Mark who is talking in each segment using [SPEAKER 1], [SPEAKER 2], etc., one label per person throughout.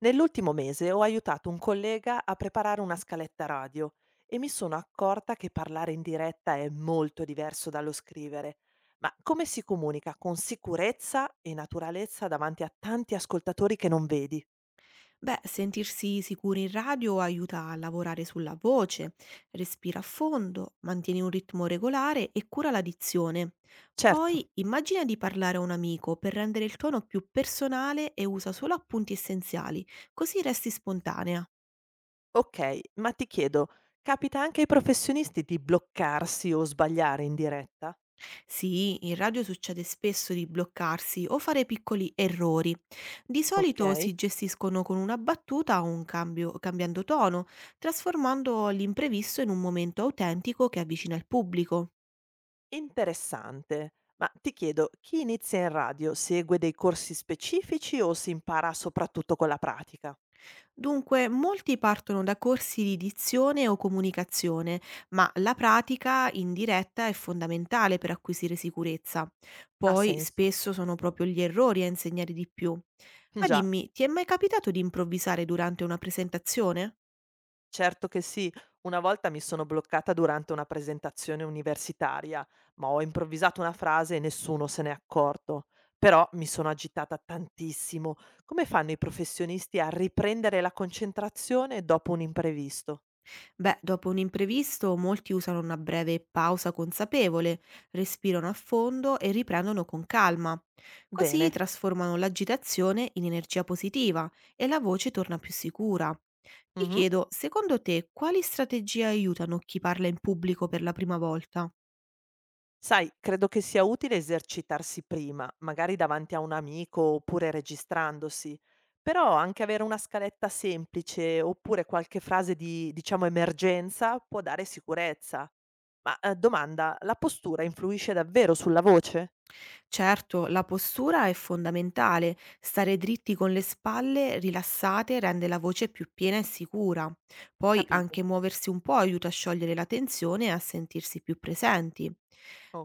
[SPEAKER 1] Nell'ultimo mese ho aiutato un collega a preparare una scaletta radio e mi sono accorta che parlare in diretta è molto diverso dallo scrivere. Ma come si comunica con sicurezza e naturalezza davanti a tanti ascoltatori che non vedi?
[SPEAKER 2] Beh, sentirsi sicuri in radio aiuta a lavorare sulla voce, respira a fondo, mantieni un ritmo regolare e cura la dizione.
[SPEAKER 1] Certo,
[SPEAKER 2] Poi immagina di parlare a un amico per rendere il tono più personale e usa solo appunti essenziali, così resti spontanea.
[SPEAKER 1] ok, ma ti chiedo, capita anche ai professionisti di bloccarsi o sbagliare in diretta?
[SPEAKER 2] Sì, in radio succede spesso di bloccarsi o fare piccoli errori. Di
[SPEAKER 1] Ok,
[SPEAKER 2] solito si gestiscono con una battuta o un cambio, cambiando tono, trasformando l'imprevisto in un momento autentico che avvicina il pubblico.
[SPEAKER 1] interessante. Ma ti chiedo, chi inizia in radio segue dei corsi specifici o si impara soprattutto con la pratica?
[SPEAKER 2] Dunque, molti partono da corsi di dizione o comunicazione, ma la pratica in diretta è fondamentale per acquisire sicurezza.
[SPEAKER 1] Ha
[SPEAKER 2] Poi
[SPEAKER 1] senso.
[SPEAKER 2] spesso sono proprio gli errori a insegnare di più. Ma
[SPEAKER 1] Già,
[SPEAKER 2] dimmi, ti è mai capitato di improvvisare durante una presentazione?
[SPEAKER 1] certo che sì. Una volta mi sono bloccata durante una presentazione universitaria, ma ho improvvisato una frase e nessuno se n'è accorto. Però mi sono agitata tantissimo. Come fanno i professionisti a riprendere la concentrazione dopo un imprevisto?
[SPEAKER 2] Beh, dopo un imprevisto molti usano una breve pausa consapevole, respirano a fondo e riprendono con calma. Così
[SPEAKER 1] Bene.
[SPEAKER 2] trasformano l'agitazione in energia positiva e la voce torna più sicura. Ti
[SPEAKER 1] Mhm.
[SPEAKER 2] chiedo, secondo te, quali strategie aiutano chi parla in pubblico per la prima volta?
[SPEAKER 1] Sai, credo che sia utile esercitarsi prima, magari davanti a un amico oppure registrandosi, però anche avere una scaletta semplice oppure qualche frase di, diciamo, emergenza può dare sicurezza. Ma domanda, la postura influisce davvero sulla voce?
[SPEAKER 2] Certo, la postura è fondamentale. Stare dritti con le spalle rilassate rende la voce più piena e sicura. Poi
[SPEAKER 1] Capito.
[SPEAKER 2] anche muoversi un po' aiuta a sciogliere la tensione e a sentirsi più presenti.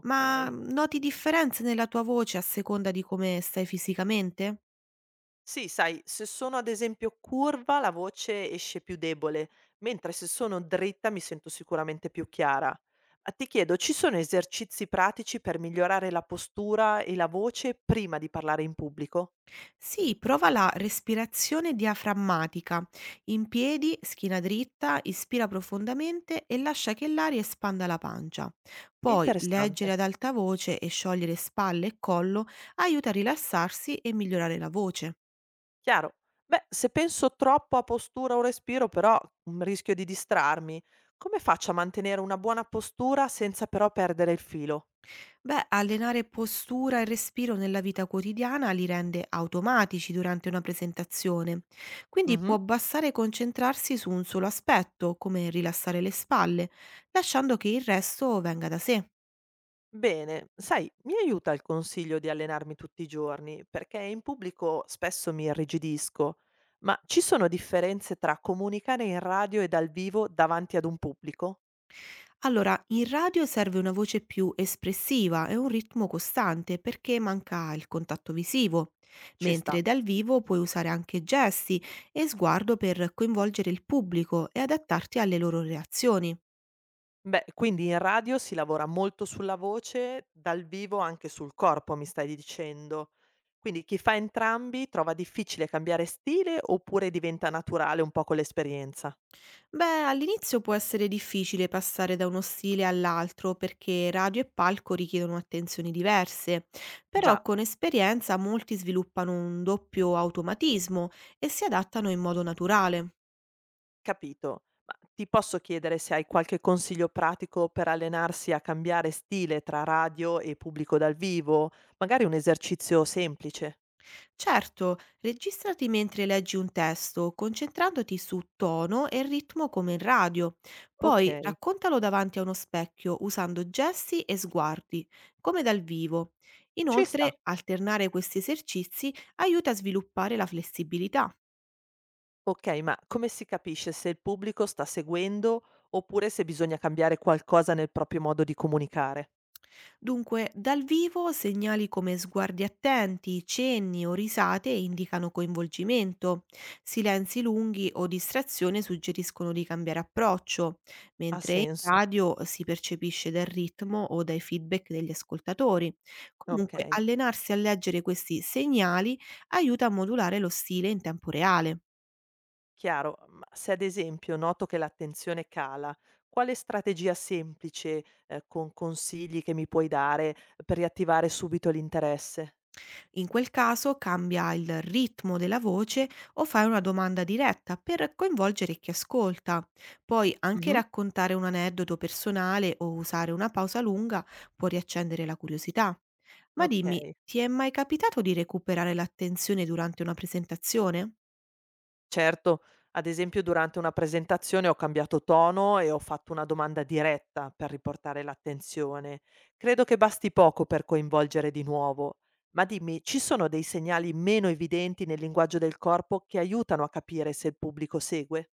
[SPEAKER 2] Ma noti differenze nella tua voce a seconda di come stai fisicamente?
[SPEAKER 1] Sì, sai, se sono ad esempio curva la voce esce più debole, mentre se sono dritta mi sento sicuramente più chiara. Ma ti chiedo, ci sono esercizi pratici per migliorare la postura e la voce prima di parlare in pubblico?
[SPEAKER 2] Sì, prova la respirazione diaframmatica. In piedi, schiena dritta, ispira profondamente e lascia che l'aria espanda la pancia. Poi
[SPEAKER 1] Interessante.
[SPEAKER 2] leggere ad alta voce e sciogliere spalle e collo aiuta a rilassarsi e migliorare la voce.
[SPEAKER 1] Chiaro. Beh, se penso troppo a postura o respiro, però rischio di distrarmi. Come faccio a mantenere una buona postura senza però perdere il filo?
[SPEAKER 2] Beh, allenare postura e respiro nella vita quotidiana li rende automatici durante una presentazione, quindi può bastare concentrarsi su un solo aspetto, come rilassare le spalle, lasciando che il resto venga da sé.
[SPEAKER 1] Bene, sai, mi aiuta il consiglio di allenarmi tutti i giorni, perché in pubblico spesso mi irrigidisco, ma ci sono differenze tra comunicare in radio e dal vivo davanti ad un pubblico?
[SPEAKER 2] Allora, in radio serve una voce più espressiva e un ritmo costante perché manca il contatto visivo,
[SPEAKER 1] Ci sta.
[SPEAKER 2] mentre dal vivo puoi usare anche gesti e sguardo per coinvolgere il pubblico e adattarti alle loro reazioni.
[SPEAKER 1] Beh, quindi in radio si lavora molto sulla voce, dal vivo anche sul corpo, mi stai dicendo. Quindi chi fa entrambi trova difficile cambiare stile oppure diventa naturale un po' con l'esperienza?
[SPEAKER 2] Beh, all'inizio può essere difficile passare da uno stile all'altro perché radio e palco richiedono attenzioni diverse, però
[SPEAKER 1] Già.
[SPEAKER 2] con esperienza molti sviluppano un doppio automatismo e si adattano in modo naturale.
[SPEAKER 1] Capito. Ma ti posso chiedere se hai qualche consiglio pratico per allenarsi a cambiare stile tra radio e pubblico dal vivo? Magari un esercizio semplice.
[SPEAKER 2] Certo, registrati mentre leggi un testo, concentrandoti su tono e ritmo come in radio. Poi
[SPEAKER 1] Okay,
[SPEAKER 2] raccontalo davanti a uno specchio usando gesti e sguardi, come dal vivo.
[SPEAKER 1] ci sta.
[SPEAKER 2] Inoltre, alternare questi esercizi aiuta a sviluppare la flessibilità.
[SPEAKER 1] Okay, ma come si capisce se il pubblico sta seguendo oppure se bisogna cambiare qualcosa nel proprio modo di comunicare?
[SPEAKER 2] Dunque, dal vivo segnali come sguardi attenti, cenni o risate indicano coinvolgimento, silenzi lunghi o distrazione suggeriscono di cambiare approccio,
[SPEAKER 1] Ha
[SPEAKER 2] mentre in
[SPEAKER 1] senso.
[SPEAKER 2] radio si percepisce dal ritmo o dai feedback degli ascoltatori. Comunque,
[SPEAKER 1] Okay.
[SPEAKER 2] allenarsi a leggere questi segnali aiuta a modulare lo stile in tempo reale.
[SPEAKER 1] Chiaro, ma se ad esempio noto che l'attenzione cala, quale strategia semplice, con consigli che mi puoi dare per riattivare subito l'interesse?
[SPEAKER 2] In quel caso cambia il ritmo della voce o fai una domanda diretta per coinvolgere chi ascolta. Poi anche
[SPEAKER 1] Mh-mh.
[SPEAKER 2] raccontare un aneddoto personale o usare una pausa lunga può riaccendere la curiosità. Ma dimmi,
[SPEAKER 1] Okay.
[SPEAKER 2] ti è mai capitato di recuperare l'attenzione durante una presentazione?
[SPEAKER 1] Certo, ad esempio durante una presentazione ho cambiato tono e ho fatto una domanda diretta per riportare l'attenzione. Credo che basti poco per coinvolgere di nuovo. Ma dimmi, ci sono dei segnali meno evidenti nel linguaggio del corpo che aiutano a capire se il pubblico segue?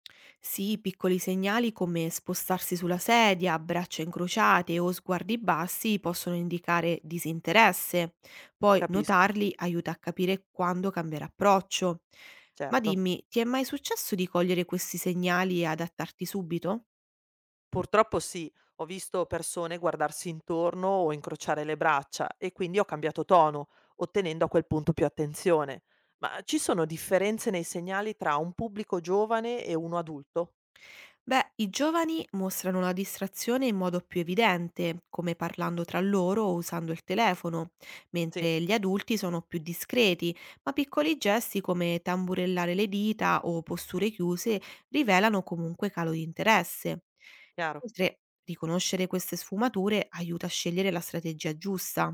[SPEAKER 2] Sì, piccoli segnali come spostarsi sulla sedia, braccia incrociate o sguardi bassi possono indicare disinteresse. Poi
[SPEAKER 1] Capisco,
[SPEAKER 2] notarli aiuta a capire quando cambiare approccio. Ma
[SPEAKER 1] certo.
[SPEAKER 2] dimmi, ti è mai successo di cogliere questi segnali e adattarti subito?
[SPEAKER 1] Purtroppo sì, ho visto persone guardarsi intorno o incrociare le braccia e quindi ho cambiato tono, ottenendo a quel punto più attenzione. Ma ci sono differenze nei segnali tra un pubblico giovane e uno adulto?
[SPEAKER 2] Beh, i giovani mostrano la distrazione in modo più evidente, come parlando tra loro o usando il telefono,
[SPEAKER 1] Sì,
[SPEAKER 2] mentre gli adulti sono più discreti, ma piccoli gesti come tamburellare le dita o posture chiuse rivelano comunque calo di interesse.
[SPEAKER 1] chiaro,
[SPEAKER 2] Inoltre, riconoscere queste sfumature aiuta a scegliere la strategia giusta.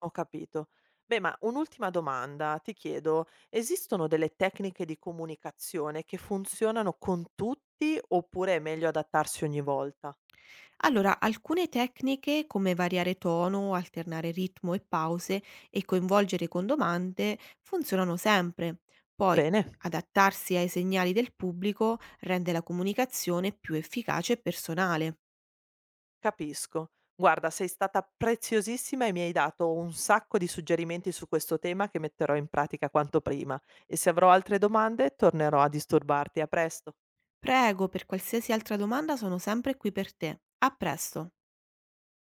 [SPEAKER 1] ho capito. Beh, ma un'ultima domanda, ti chiedo, esistono delle tecniche di comunicazione che funzionano con tutti oppure è meglio adattarsi ogni volta?
[SPEAKER 2] Allora, alcune tecniche come variare tono, alternare ritmo e pause e coinvolgere con domande funzionano sempre. Poi
[SPEAKER 1] Bene.
[SPEAKER 2] adattarsi ai segnali del pubblico rende la comunicazione più efficace e personale.
[SPEAKER 1] Capisco. Guarda, sei stata preziosissima e mi hai dato un sacco di suggerimenti su questo tema che metterò in pratica quanto prima. E se avrò altre domande, tornerò a disturbarti. A presto.
[SPEAKER 2] Prego, per qualsiasi altra domanda sono sempre qui per te. A presto.